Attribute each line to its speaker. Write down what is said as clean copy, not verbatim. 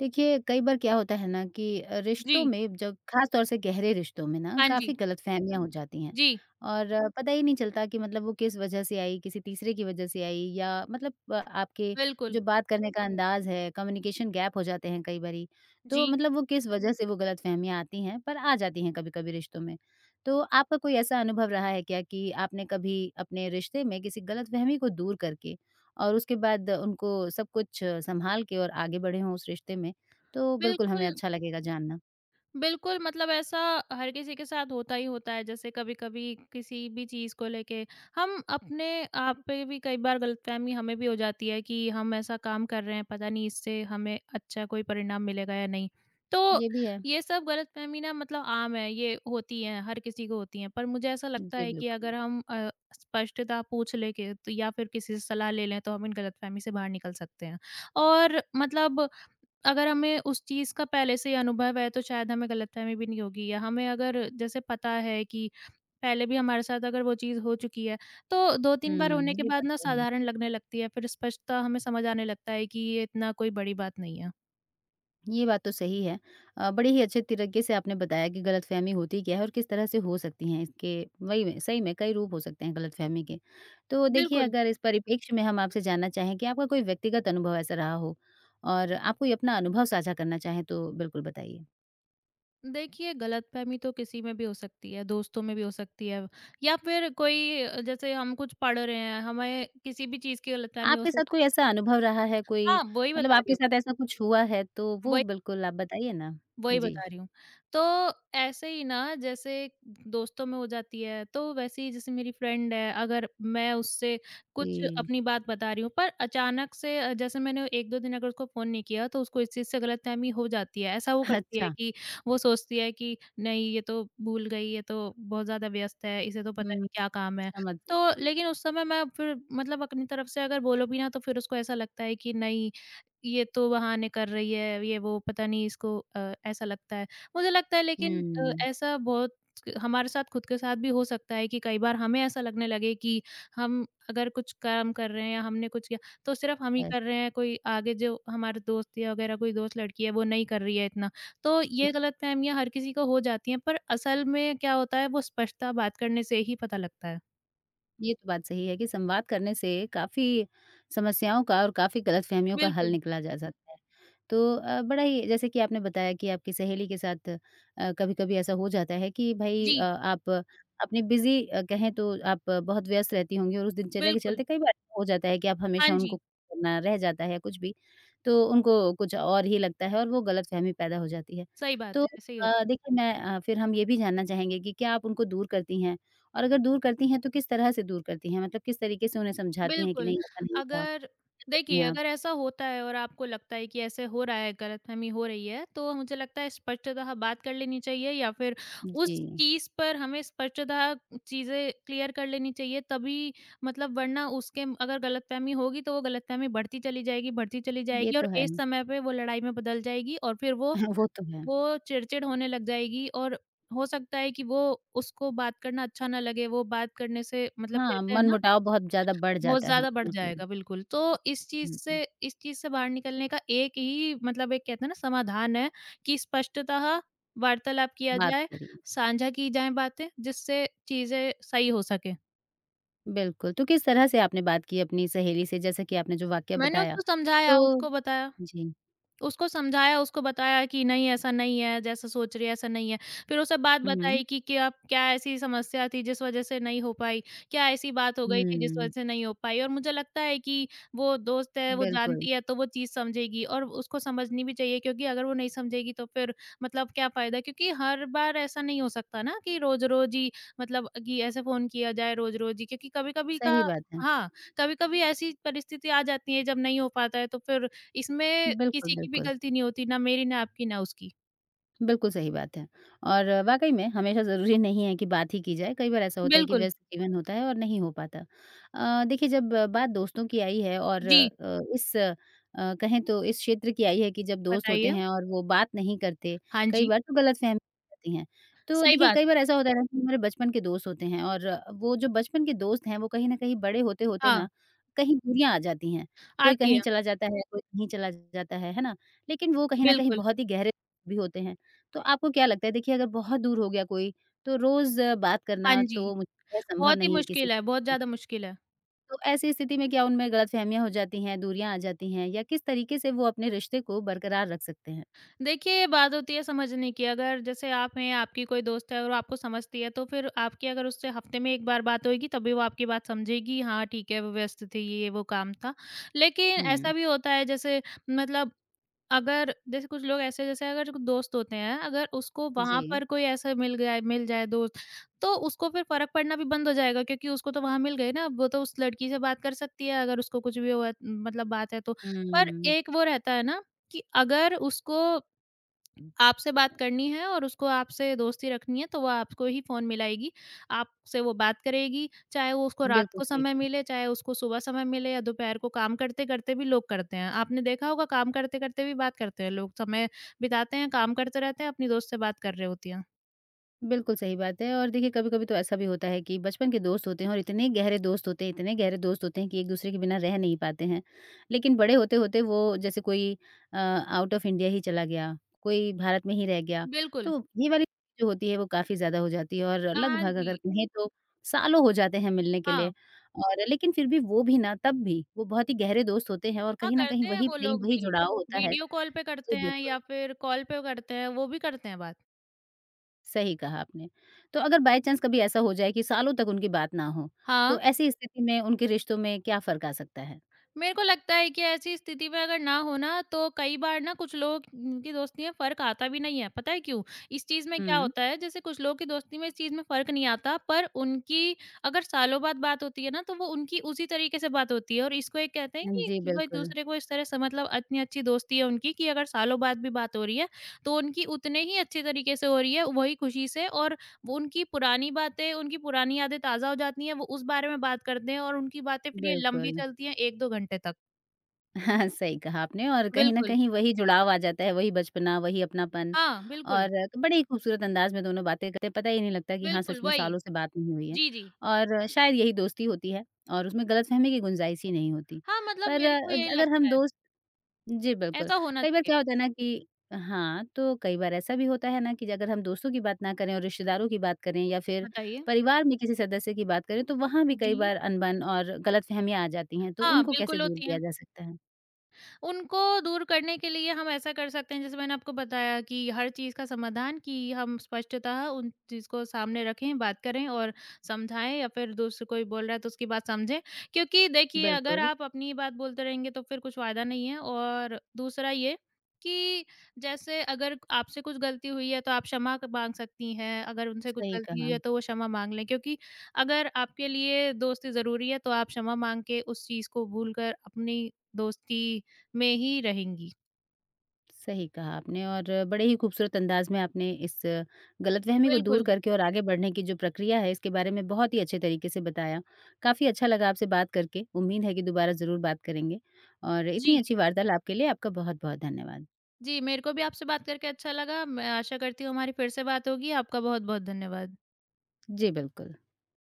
Speaker 1: देखिए, कई बार क्या होता है ना कि रिश्तों
Speaker 2: जी,
Speaker 1: में जब ख़ास तौर से गहरे रिश्तों में ना
Speaker 2: हाँ
Speaker 1: काफ़ी
Speaker 2: जी।
Speaker 1: गलतफ़हमियाँ हो हुँ। जाती हैं
Speaker 2: जी,
Speaker 1: और पता ही नहीं चलता कि मतलब वो किस वजह से आई, किसी तीसरे की वजह से आई या मतलब आपके
Speaker 2: बिल्कुल।
Speaker 1: जो बात करने का अंदाज़ है, कम्युनिकेशन गैप हो जाते हैं कई बारी। तो
Speaker 2: जी,
Speaker 1: मतलब वो किस वजह से वो गलतफ़हमियाँ आती हैं, पर आ जाती हैं कभी-कभी रिश्तों में। तो आपका कोई ऐसा अनुभव रहा है क्या कि आपने कभी अपने रिश्ते में किसी गलतफ़हमी को दूर करके और उसके बाद उनको सब कुछ सँभाल के और आगे बढ़े हों उस रिश्ते में, तो बिल्कुल हमें
Speaker 2: बिल्कुल,
Speaker 1: अच्छा लगेगा जानना।
Speaker 2: बिल्कुल, मतलब ऐसा हर किसी के साथ होता ही होता है। जैसे कभी-कभी किसी भी चीज़ को लेके हम अपने आप पे भी कई बार गलतफ़हमी हमें भी हो जाती है कि हम ऐसा काम कर रहे हैं, पता नहीं इससे हमें अच्छा कोई परिणाम मिलेगा या नहीं। तो
Speaker 1: ये भी है।
Speaker 2: ये सब गलतफ़हमी ना मतलब आम है, ये होती है, हर किसी को होती है। पर मुझे ऐसा लगता
Speaker 1: जी,
Speaker 2: है कि
Speaker 1: बिल्कुल।
Speaker 2: अगर हम स्पष्टता पूछ लेके तो या फिर किसी से सलाह ले लें, तो हम इन गलतफ़हमी से बाहर निकल सकते हैं। और मतलब अगर हमें उस चीज़ का पहले से ही अनुभव है, तो शायद हमें गलतफ़हमी भी नहीं होगी या हमें अगर जैसे पता है कि पहले भी हमारे साथ अगर वो चीज़ हो चुकी है, तो
Speaker 1: हुँ,
Speaker 2: 2-3 बार होने के
Speaker 1: ये
Speaker 2: बाद
Speaker 1: बात
Speaker 2: ना
Speaker 1: तो है।
Speaker 2: साधारण लगने लगती है, फिर स्पष्टता हमें समझ आने लगता है कि ये इतना कोई बड़ी बात नहीं है।
Speaker 1: ये बात तो सही है। बड़े ही अच्छे तरीके से आपने बताया कि गलतफ़हमी होती क्या है और किस तरह से हो सकती हैं इसके वही में सही में कई रूप हो सकते हैं गलतफ़हमी के। तो देखिए
Speaker 2: बिल्कुल।
Speaker 1: अगर इस परिप्रेक्ष्य में हम आपसे जानना चाहें कि आपका कोई व्यक्तिगत अनुभव ऐसा रहा हो और आप कोई अपना अनुभव साझा करना चाहें तो बिल्कुल बताइए?
Speaker 2: देखिए, गलतफ़हमी तो किसी में भी हो सकती है, दोस्तों में भी हो सकती है या फिर कोई जैसे हम कुछ पढ़ रहे हैं, हमें किसी भी चीज़ की गलतफ़हमी हो
Speaker 1: आपके साथ
Speaker 2: सकती
Speaker 1: कोई
Speaker 2: है।
Speaker 1: ऐसा अनुभव रहा है कोई
Speaker 2: हाँ, वही
Speaker 1: मतलब
Speaker 2: बता रही
Speaker 1: आपके
Speaker 2: हूँ।
Speaker 1: साथ ऐसा कुछ हुआ है तो वो
Speaker 2: वही
Speaker 1: बिल्कुल आप बताइए ना?
Speaker 2: वही
Speaker 1: जी।
Speaker 2: बता रही हूँ। तो ऐसे ही ना जैसे दोस्तों में हो जाती है, तो वैसे ही जैसे मेरी फ्रेंड है, अगर मैं उससे कुछ
Speaker 1: जी।
Speaker 2: अपनी बात बता रही हूँ, पर अचानक से जैसे मैंने 1-2 दिन अगर उसको फ़ोन नहीं किया, तो उसको इस चीज़ से गलतफ़हमी हो जाती है। ऐसा वो करती है
Speaker 1: अच्छा।
Speaker 2: कि वो सोचती है कि नहीं ये तो भूल गई, ये तो बहुत ज़्यादा व्यस्त है, इसे तो पता
Speaker 1: हुँ,
Speaker 2: नहीं क्या काम है।
Speaker 1: समझ
Speaker 2: तो लेकिन उस समय मैं फिर मतलब अपनी तरफ से अगर बोलो भी ना, तो फिर उसको ऐसा लगता है कि नहीं ये तो बहाने कर रही है, ये वो पता नहीं इसको ऐसा लगता है। मुझे लगता है लेकिन
Speaker 1: हुँ,
Speaker 2: ऐसा बहुत हमारे साथ खुद के साथ भी हो सकता है कि कई बार हमें ऐसा लगने लगे कि हम अगर कुछ काम कर रहे हैं या हमने कुछ किया, तो सिर्फ़ हम
Speaker 1: अ
Speaker 2: ही कर रहे हैं, कोई आगे जो हमारे दोस्त या वगैरह कोई दोस्त लड़की है, वो नहीं कर रही है इतना। तो ये गलतफ़हमियाँ हर किसी को हो जाती हैं, पर असल में क्या होता है वो स्पष्टता बात करने से ही पता लगता है।
Speaker 1: ये तो बात सही है कि संवाद करने से काफ़ी समस्याओं का और काफ़ी गलतफ़हमियों का हल
Speaker 2: बिल्कुल।
Speaker 1: निकला जा सकता है। तो बड़ा ही जैसे कि आपने बताया कि आपकी सहेली के साथ कभी-कभी ऐसा हो जाता है कि भई
Speaker 2: जी,
Speaker 1: आप अपनी बिज़ी कहें तो आप बहुत व्यस्त रहती होंगी और उस दिनचर्या के
Speaker 2: बिल्कुल।
Speaker 1: चलते कई बार ऐसा हो जाता है कि आप
Speaker 2: हाँ
Speaker 1: हमेशा उनको
Speaker 2: जी,
Speaker 1: करना रह जाता है कुछ भी, तो उनको कुछ और ही लगता है और वो गलतफ़हमी पैदा हो जाती है।
Speaker 2: सही
Speaker 1: तो
Speaker 2: बात है, ऐसे ही होता है।
Speaker 1: देखिए मैं फिर हम ये भी जानना चाहेंगे कि क्या आप उनको दूर करती हैं और अगर दूर करती हैं तो किस तरह से दूर करती हैं? मतलब किस तरीके से उन्हें समझाती हैं कि
Speaker 2: बिल्कुल,
Speaker 1: नहीं ऐसा नहीं था,
Speaker 2: अगर
Speaker 1: क्या करती
Speaker 2: देखिए,
Speaker 1: हैं आप?
Speaker 2: अगर ऐसा होता है और आपको लगता है कि ऐसे हो रहा है, गलतफ़हमी हो रही है, तो मुझे लगता है स्पष्टतः बात कर लेनी चाहिए या फिर उस
Speaker 1: जी,
Speaker 2: चीज़ पर हमें स्पष्टतः चीज़ें क्लियर कर लेनी चाहिए तभी मतलब वरना उसके अगर गलतफ़हमी होगी तो वो गलतफ़हमी बढ़ती चली
Speaker 1: ये
Speaker 2: जाएगी
Speaker 1: तो
Speaker 2: और
Speaker 1: है।
Speaker 2: एक समय पे वो लड़ाई में बदल जाएगी और फिर वो
Speaker 1: वो तो है।
Speaker 2: वो चिड़चिड़ होने लग जाएगी और हो सकता है कि वो उसको बात करना अच्छा ना लगे, वो बात करने से मतलब
Speaker 1: हाँ,
Speaker 2: कहते हैं ना
Speaker 1: मनमुटाव बहुत ज़्यादा बढ़
Speaker 2: बहुत
Speaker 1: जाता है।
Speaker 2: ज़्यादा बढ़
Speaker 1: बिल्कुल।
Speaker 2: जाएगा, बिल्कुल। तो
Speaker 1: हुँ, हुँ।
Speaker 2: इस चीज़ से बाहर निकलने का एक ही मतलब एक कहते हैं ना समाधान है कि स्पष्टतः वार्तालाप किया
Speaker 1: बात
Speaker 2: जाए,
Speaker 1: करिए।
Speaker 2: साझा की जाएँ बातें, जिससे चीज़ें सही हो सके।
Speaker 1: बिल्कुल, तो किस तरह से आपने बात की अपनी सहेली से जैसा कि आपने जो वाकया
Speaker 2: मैंने
Speaker 1: बताया?
Speaker 2: उसको समझाया,
Speaker 1: तो
Speaker 2: उसको बताया।
Speaker 1: जी।
Speaker 2: उसको समझाया, उसको बताया कि नहीं ऐसा नहीं है, जैसा सोच रही है ऐसा नहीं है। फिर उसे बात
Speaker 1: हुँ,
Speaker 2: बताई कि क्या क्या ऐसी समस्या थी जिस वज़ह से नहीं हो पाई? क्या ऐसी बात हो गई थी जिस वज़ह
Speaker 1: हुँ।
Speaker 2: से नहीं हो पाई? और मुझे लगता है कि वो दोस्त है, वो
Speaker 1: बिल्कुल,
Speaker 2: जानती है तो वो चीज़ समझेगी और उसको समझनी भी चाहिए क्योंकि अगर वो नहीं समझेगी तो फिर मतलब क्या फ़ायदा? क्योंकि हर बार ऐसा नहीं हो सकता ना कि रोज़-रोज़ ही मतलब कि ऐसे फ़ोन किया जाए रोज़-रोज़ ही क्योंकि कभी-कभी
Speaker 1: सही
Speaker 2: का
Speaker 1: बात है।
Speaker 2: हाँ, कभी-कभी ऐसी परिस्थिति आ जाती है जब नहीं हो पाता है तो फिर इसमें
Speaker 1: बिल्कुल,
Speaker 2: किसी की भी
Speaker 1: बिल्कुल।
Speaker 2: गलती नहीं होती, ना मेरी, ना आपकी, ना उसकी।
Speaker 1: बिल्कुल सही बात है। और वाक़ई में हमेशा ज़रूरी नहीं है कि बात ही की जाए, कई बार ऐसा होता है कि
Speaker 2: बिल्कुल,
Speaker 1: व्यस्त जीवन होता है और नहीं हो पाता। देखिए जब बात दोस्तों की आई है और
Speaker 2: जी,
Speaker 1: कहें तो इस क्षेत्र की आई है कि जब दोस्त होते
Speaker 2: बताइए।
Speaker 1: हैं और वो बात नहीं करते,
Speaker 2: हाँ
Speaker 1: कई
Speaker 2: जी,
Speaker 1: बार तो गलतफ़हमी हो जाती हैं। तो
Speaker 2: सही
Speaker 1: देखिए
Speaker 2: बात।
Speaker 1: कई बार ऐसा होता है ना कि हमारे बचपन के दोस्त होते हैं और वो जो बचपन के दोस्त हैं, वो कहीं न कहीं बड़े होते-होते
Speaker 2: हाँ,
Speaker 1: ना, कहीं दूरियाँ आ जाती हैं। कोई
Speaker 2: आती
Speaker 1: कहीं
Speaker 2: है,
Speaker 1: चला जाता है, कोई कहीं चला जाता है ना? लेकिन वो कहीं न कहीं
Speaker 2: बिल्कुल।
Speaker 1: बहुत ही गहरे भी होते हैं। तो आपको क्या लगता है देखिए अगर बहुत दूर हो गया कोई, तो रोज़ बात
Speaker 2: हाँ
Speaker 1: करना
Speaker 2: जी,
Speaker 1: तो मुझे लगता है संभव
Speaker 2: बहुत ही
Speaker 1: नहीं है किसी
Speaker 2: मुश्किल है,
Speaker 1: के लिए
Speaker 2: बहुत
Speaker 1: भी।
Speaker 2: ज़्यादा मुश्किल है।
Speaker 1: तो ऐसी स्थिति में क्या उनमें गलतफ़हमियाँ हो जाती हैं, दूरियाँ आ जाती हैं या किस तरीके से वो अपने रिश्ते को बरकरार रख सकते हैं?
Speaker 2: देखिए, ये बात होती है समझने की, अगर जैसे आप हैं, आपकी कोई दोस्त है और वो आपको समझती है, तो फिर आपकी अगर उससे हफ़्ते में 1 बार बात होएगी, तभी वो आपकी बात समझेगी, हाँ, ठीक है, वो व्यस्त थी, ये वो काम था। लेकिन
Speaker 1: हुँ,
Speaker 2: ऐसा भी होता है, जैसे मतलब अगर जैसे कुछ लोग ऐसे जैसे अगर जो दोस्त होते हैं, अगर उसको
Speaker 1: जी।
Speaker 2: वहाँ पर कोई ऐसा मिल जाए दोस्त, तो उसको फिर फ़र्क पड़ना भी बंद हो जाएगा क्योंकि उसको तो वहाँ मिल गए ना, वो तो उस लड़की से बात कर सकती है अगर उसको कुछ भी हुआ मतलब बात है तो। पर
Speaker 1: हुँ।
Speaker 2: एक वो रहता है ना कि अगर उसको आपसे बात करनी है और उसको आपसे दोस्ती रखनी है, तो वो आपको ही फ़ोन मिलाएगी। आपसे वो बात करेगी, चाहे वो उसको रात
Speaker 1: बिल्कुल
Speaker 2: को
Speaker 1: सही
Speaker 2: समय
Speaker 1: कहा।
Speaker 2: मिले, चाहे उसको सुबह समय मिले या दोपहर को काम करते-करते भी लोग करते हैं। आपने देखा होगा काम करते-करते भी बात करते हैं लोग, समय बिताते हैं, काम करते रहते हैं, अपनी दोस्त से बात कर रहे होती हैं।
Speaker 1: बिल्कुल सही बात है और देखिए कभी-कभी तो ऐसा भी होता है कि बचपन के दोस्त होते हैं और इतने गहरे दोस्त होते हैं, इतने गहरे दोस्त होते हैं कि एक-दूसरे के बिना रह नहीं पाते हैं। लेकिन बड़े होते-होते वो जैसे कोई आउट ऑफ इंडिया ही चला गया, कोई भारत में ही रह गया,
Speaker 2: बिल्कुल।
Speaker 1: तो ये वाली जो होती है वो काफ़ी ज़्यादा हो जाती है और
Speaker 2: हाँ
Speaker 1: लगभग अगर
Speaker 2: जी।
Speaker 1: कहें तो सालों हो जाते हैं मिलने के लिए
Speaker 2: हाँ।
Speaker 1: और लेकिन फिर भी वो भी ना तब भी वो बहुत ही गहरे दोस्त होते हैं और
Speaker 2: हाँ,
Speaker 1: कहीं न कहीं
Speaker 2: करते हैं
Speaker 1: वही
Speaker 2: वो
Speaker 1: प्रेम,
Speaker 2: लोग
Speaker 1: वही
Speaker 2: भी।
Speaker 1: जुड़ाव होता है।
Speaker 2: वीडियो कॉल पे
Speaker 1: जी,
Speaker 2: करते हैं
Speaker 1: बिल्कुल।
Speaker 2: या फिर कॉल पे करते हैं, वो भी करते हैं बात।
Speaker 1: सही कहा आपने। तो अगर बाय चांस कभी ऐसा हो जाए कि सालों तक उनकी बात ना हो, तो
Speaker 2: हाँ।
Speaker 1: ऐसी स्थिति में उनके रिश्तों में क्या फ़र्क आ सकता है?
Speaker 2: मेरे को लगता है कि ऐसी स्थिति में अगर ना हो ना तो कई बार ना कुछ लोग की दोस्ती में फर्क आता भी नहीं है पता है क्यों इस चीज में क्या
Speaker 1: हुँ।
Speaker 2: होता है जैसे कुछ लोग की दोस्ती में इस चीज में फर्क नहीं आता पर उनकी अगर सालों बाद बात होती है ना तो वो उनकी उसी तरीके से बात होती है और इसको एक कहते हैं कि
Speaker 1: जी,
Speaker 2: कि वो एक
Speaker 1: बिल्कुल,
Speaker 2: दूसरे को इस तरह से मतलब इतनी अच्छी दोस्ती है उनकी कि अगर सालों बाद भी बात हो रही है तो उनकी उतने ही अच्छे तरीके से हो रही है वही खुशी से और वो उनकी पुरानी बातें, उनकी पुरानी यादें ताज़ा हो जाती हैं, वो उस बारे में बात करते हैं और उनकी बातें फिर ये लंबी
Speaker 1: बिल्कुल।
Speaker 2: चलती हैं 1-2 घंटे तक।
Speaker 1: हाँ, सही कहा आपने और कहीं न
Speaker 2: बिल्कुल।
Speaker 1: कहीं वही जुड़ाव आ जाता है, वही बचपना, वही अपनापन
Speaker 2: हाँ,
Speaker 1: और
Speaker 2: बिल्कुल।
Speaker 1: तो बड़े ही खूबसूरत अंदाज़ में दोनों बातें करते हैं, पता ही नहीं लगता कि हाँ,
Speaker 2: बिल्कुल,
Speaker 1: सच में
Speaker 2: वही।
Speaker 1: सालों से बात नहीं हुई है
Speaker 2: जी, जी।
Speaker 1: और शायद यही दोस्ती होती है और उसमें गलतफ़हमी की गुंजाइश ही नहीं होती।
Speaker 2: हाँ, मतलब
Speaker 1: पर
Speaker 2: मेरे को यही
Speaker 1: अगर
Speaker 2: लगता
Speaker 1: हम
Speaker 2: है।
Speaker 1: दोस्त जी, बिल्कुल।
Speaker 2: ऐसा होना
Speaker 1: कई बार
Speaker 2: चाहिए।
Speaker 1: क्या होता है ना कि हाँ, तो कई बार ऐसा भी होता है ना कि अगर हम दोस्तों की बात ना करें और रिश्तेदारों की बात करें या फिर
Speaker 2: बताइए।
Speaker 1: परिवार में किसी सदस्य की बात करें, तो वहाँ भी कई
Speaker 2: जी।
Speaker 1: बार अनबन और गलतफ़हमियाँ आ जाती हैं, तो
Speaker 2: हाँ,
Speaker 1: उनको कैसे
Speaker 2: बिल्कुल
Speaker 1: दूर
Speaker 2: होती
Speaker 1: किया
Speaker 2: हैं।
Speaker 1: जा सकता है?
Speaker 2: उनको दूर करने के लिए हम ऐसा कर सकते हैं जैसे मैंने आपको बताया कि हर चीज़ का समाधान कि हम स्पष्टतः उन चीज़ को सामने रखें, बात करें और समझाएँ या फिर दूसरा कोई बोल रहा है तो उसकी बात समझें। क्योंकि देखिए अगर
Speaker 1: बिल्कुल,
Speaker 2: आप अपनी बात बोलते रहेंगे तो फिर कुछ फ़ायदा नहीं है और दूसरा ये कि जैसे अगर आपसे कुछ गलती हुई है तो आप क्षमा क माँग सकती हैं, अगर उनसे कुछ
Speaker 1: सही
Speaker 2: गलती हुई
Speaker 1: कहा।
Speaker 2: है तो वो क्षमा माँग लें क्योंकि अगर आपके लिए दोस्ती ज़रूरी है तो आप क्षमा माँग के उस चीज़ को भूलकर अपनी दोस्ती में ही रहेंगी।
Speaker 1: सही कहा आपने और बड़े ही खूबसूरत अंदाज में आपने इस गलतफहमी को दूर
Speaker 2: बिल्कुल,
Speaker 1: करके और आगे बढ़ने की जो प्रक्रिया है इसके बारे में बहुत ही अच्छे तरीके से बताया। काफ़ी अच्छा लगा आपसे बात करके, उम्मीद है कि दोबारा ज़रूर बात करेंगे और इतनी
Speaker 2: जी,
Speaker 1: अच्छी वार्तालाप के लिए आपका बहुत-बहुत धन्यवाद।
Speaker 2: जी, मेरे को भी आपसे बात करके अच्छा लगा। मैं आशा करती हूँ हमारी फिर से बात होगी। आपका बहुत-बहुत धन्यवाद।
Speaker 1: जी, बिल्कुल।